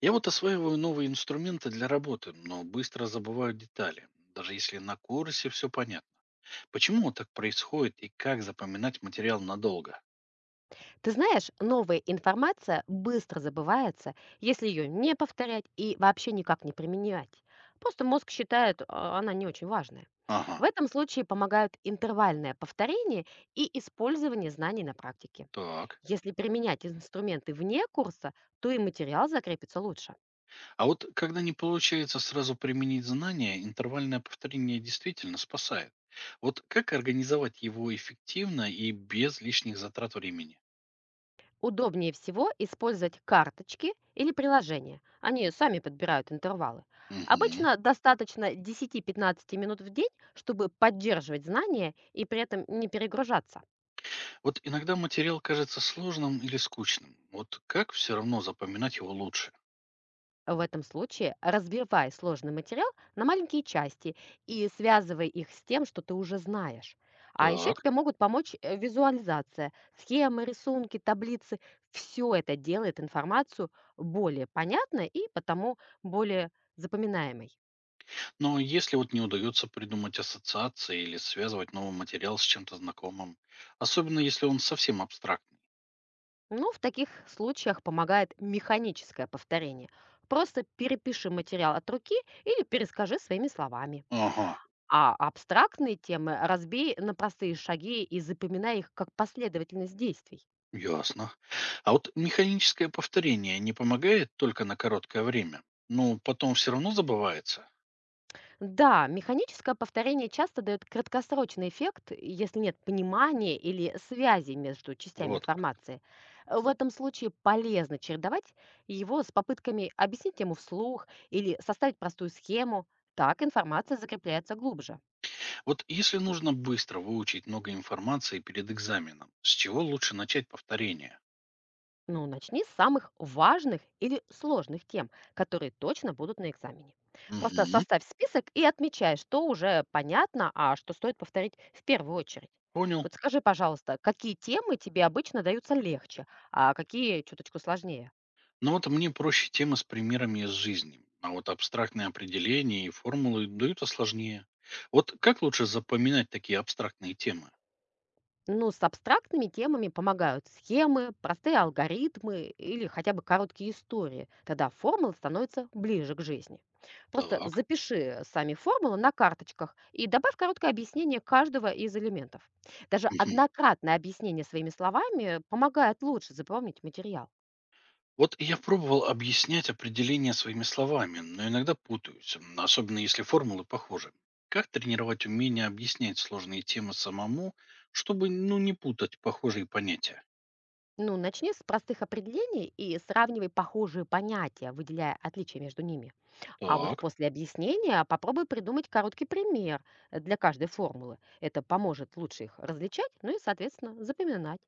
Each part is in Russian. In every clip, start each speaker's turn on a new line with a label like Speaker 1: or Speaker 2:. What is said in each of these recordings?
Speaker 1: Я вот осваиваю новые инструменты для работы, но быстро забываю детали, даже если на курсе все понятно. Почему вот так происходит и как запоминать материал надолго?
Speaker 2: Ты знаешь, новая информация быстро забывается, если ее не повторять и вообще никак не применять. Просто мозг считает, а, она не очень важная.
Speaker 1: Ага,
Speaker 2: В этом случае помогают интервальное повторение и использование знаний на практике.
Speaker 1: так.
Speaker 2: Если применять инструменты вне курса, то и материал закрепится лучше.
Speaker 1: А вот когда не получается сразу применить знания, интервальное повторение действительно спасает. Вот как организовать его эффективно и без лишних затрат времени?
Speaker 2: Удобнее всего использовать карточки или приложения. Они сами подбирают интервалы.
Speaker 1: Мгм.
Speaker 2: Обычно достаточно 10-15 минут в день, чтобы поддерживать знания и при этом не перегружаться.
Speaker 1: Вот иногда материал кажется сложным или скучным. Вот как все равно запоминать его лучше?
Speaker 2: В этом случае разбивай сложный материал на маленькие части и связывай их с тем, что ты уже знаешь. А еще
Speaker 1: Так.
Speaker 2: тебе могут помочь визуализация, схемы, рисунки, таблицы. Все это делает информацию более понятной и потому более запоминаемой.
Speaker 1: Но если вот не удается придумать ассоциации или связывать новый материал с чем-то знакомым, особенно если он совсем абстрактный.
Speaker 2: Ну, в таких случаях помогает механическое повторение. Просто перепиши материал от руки или перескажи своими словами.
Speaker 1: Ага,
Speaker 2: А абстрактные темы разбей на простые шаги и запоминай их как последовательность действий.
Speaker 1: ясно. А вот механическое повторение не помогает только на короткое время, но потом все равно забывается.
Speaker 2: Да, механическое повторение часто дает краткосрочный эффект, если нет понимания или связи между частями
Speaker 1: Вот как.
Speaker 2: информации. В этом случае полезно чередовать его с попытками объяснить ему вслух или составить простую схему. Так информация закрепляется глубже.
Speaker 1: Вот если нужно быстро выучить много информации перед экзаменом, с чего лучше начать повторение?
Speaker 2: Ну, начни с самых важных или сложных тем, которые точно будут на экзамене. Просто
Speaker 1: Угу.
Speaker 2: составь список и отмечай, что уже понятно, а что стоит повторить в первую очередь.
Speaker 1: Понял.
Speaker 2: Вот скажи, пожалуйста, какие темы тебе обычно даются легче, а какие чуточку сложнее?
Speaker 1: Но вот мне проще темы с примерами из жизни. А вот абстрактные определения и формулы дают осложнее. Вот как лучше запоминать такие абстрактные темы?
Speaker 2: Ну, с абстрактными темами помогают схемы, простые алгоритмы или хотя бы короткие истории. Тогда формула становится ближе к жизни. Просто
Speaker 1: Так.
Speaker 2: запиши сами формулы на карточках и добавь короткое объяснение каждого из элементов. Даже
Speaker 1: Мгм.
Speaker 2: однократное объяснение своими словами помогает лучше запомнить материал.
Speaker 1: Вот я пробовал объяснять определения своими словами, но иногда путаюсь, особенно если формулы похожи. Как тренировать умение объяснять сложные темы самому, чтобы ну, не путать похожие понятия?
Speaker 2: Ну, начни с простых определений и сравнивай похожие понятия, выделяя отличия между ними. А вот
Speaker 1: Так.
Speaker 2: после объяснения попробуй придумать короткий пример для каждой формулы. Это поможет лучше их различать, ну и, соответственно, запоминать.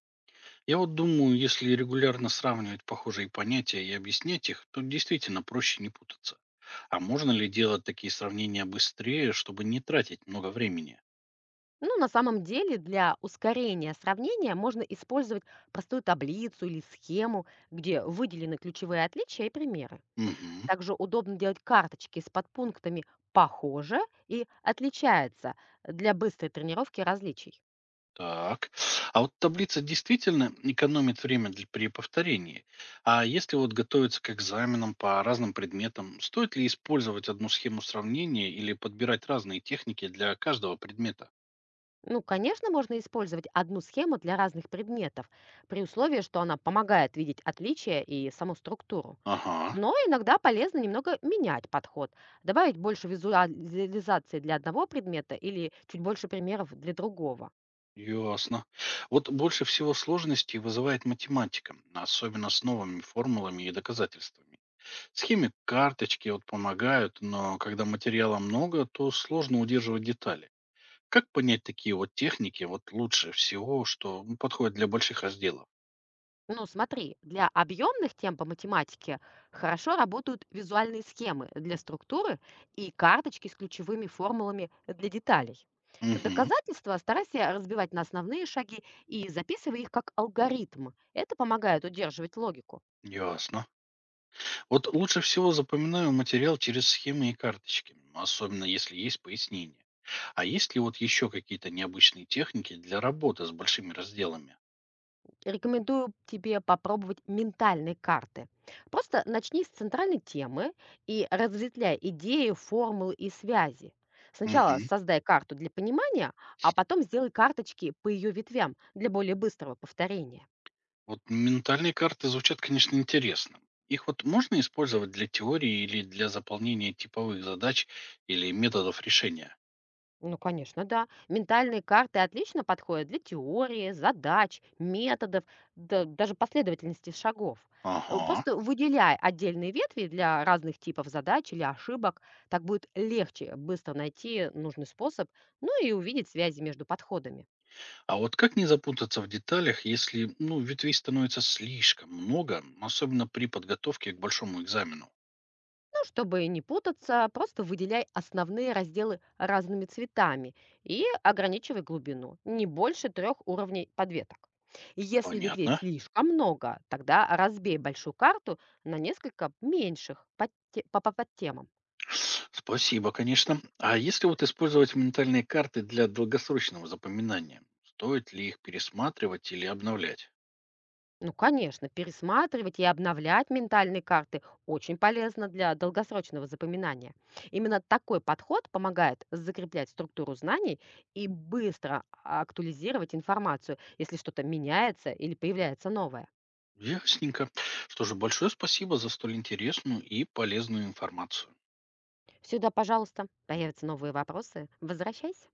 Speaker 1: Я вот думаю, если регулярно сравнивать похожие понятия и объяснять их, то действительно проще не путаться. А можно ли делать такие сравнения быстрее, чтобы не тратить много времени?
Speaker 2: Ну, на самом деле, для ускорения сравнения можно использовать простую таблицу или схему, где выделены ключевые отличия и примеры.
Speaker 1: Мгм.
Speaker 2: Также удобно делать карточки с подпунктами «похоже» и «отличается» для быстрой тренировки различий.
Speaker 1: Так. А вот таблица действительно экономит время при повторении. А если вот готовиться к экзаменам по разным предметам, стоит ли использовать одну схему сравнения или подбирать разные техники для каждого предмета?
Speaker 2: Ну, конечно, можно использовать одну схему для разных предметов, при условии, что она помогает видеть отличия и саму структуру.
Speaker 1: Ага,
Speaker 2: Но иногда полезно немного менять подход, добавить больше визуализации для одного предмета или чуть больше примеров для другого.
Speaker 1: ясно. Вот больше всего сложностей вызывает математика, особенно с новыми формулами и доказательствами. Схемы карточки вот помогают, но когда материала много, то сложно удерживать детали. Как понять такие вот техники вот лучше всего, что ну, подходит для больших разделов?
Speaker 2: Ну, смотри, для объемных тем по математике хорошо работают визуальные схемы для структуры и карточки с ключевыми формулами для деталей.
Speaker 1: Угу,
Speaker 2: Доказательства старайся разбивать на основные шаги и записывай их как алгоритм. Это помогает удерживать логику.
Speaker 1: ясно. Вот лучше всего запоминаю материал через схемы и карточки, особенно если есть пояснение. А есть ли вот еще какие-то необычные техники для работы с большими разделами?
Speaker 2: Рекомендую тебе попробовать ментальные карты. Просто начни с центральной темы и разветвляй идеи, формулы и связи. Сначала
Speaker 1: Угу.
Speaker 2: создай карту для понимания, а потом сделай карточки по ее ветвям для более быстрого повторения.
Speaker 1: Вот ментальные карты звучат, конечно, интересно. Их вот можно использовать для теории или для заполнения типовых задач или методов решения?
Speaker 2: Ну, конечно, да. Ментальные карты отлично подходят для теории, задач, методов, да, даже последовательности шагов.
Speaker 1: Ага.
Speaker 2: Просто выделяй отдельные ветви для разных типов задач или ошибок. Так будет легче быстро найти нужный способ, ну и увидеть связи между подходами.
Speaker 1: А вот как не запутаться в деталях, если ну, ветвей становится слишком много, особенно при подготовке к большому экзамену?
Speaker 2: Ну, чтобы не путаться, просто выделяй основные разделы разными цветами и ограничивай глубину, не больше 3 уровней подветок. Если ветвей
Speaker 1: Понятно.
Speaker 2: слишком много, тогда разбей большую карту на несколько меньших по подтемам.
Speaker 1: Спасибо, конечно. А если вот использовать ментальные карты для долгосрочного запоминания, стоит ли их пересматривать или обновлять?
Speaker 2: Ну, конечно, пересматривать и обновлять ментальные карты очень полезно для долгосрочного запоминания. Именно такой подход помогает закреплять структуру знаний и быстро актуализировать информацию, если что-то меняется или появляется новое.
Speaker 1: Ясненько. Что же, большое спасибо за столь интересную и полезную информацию.
Speaker 2: Сюда, пожалуйста, появятся новые вопросы. Возвращайся.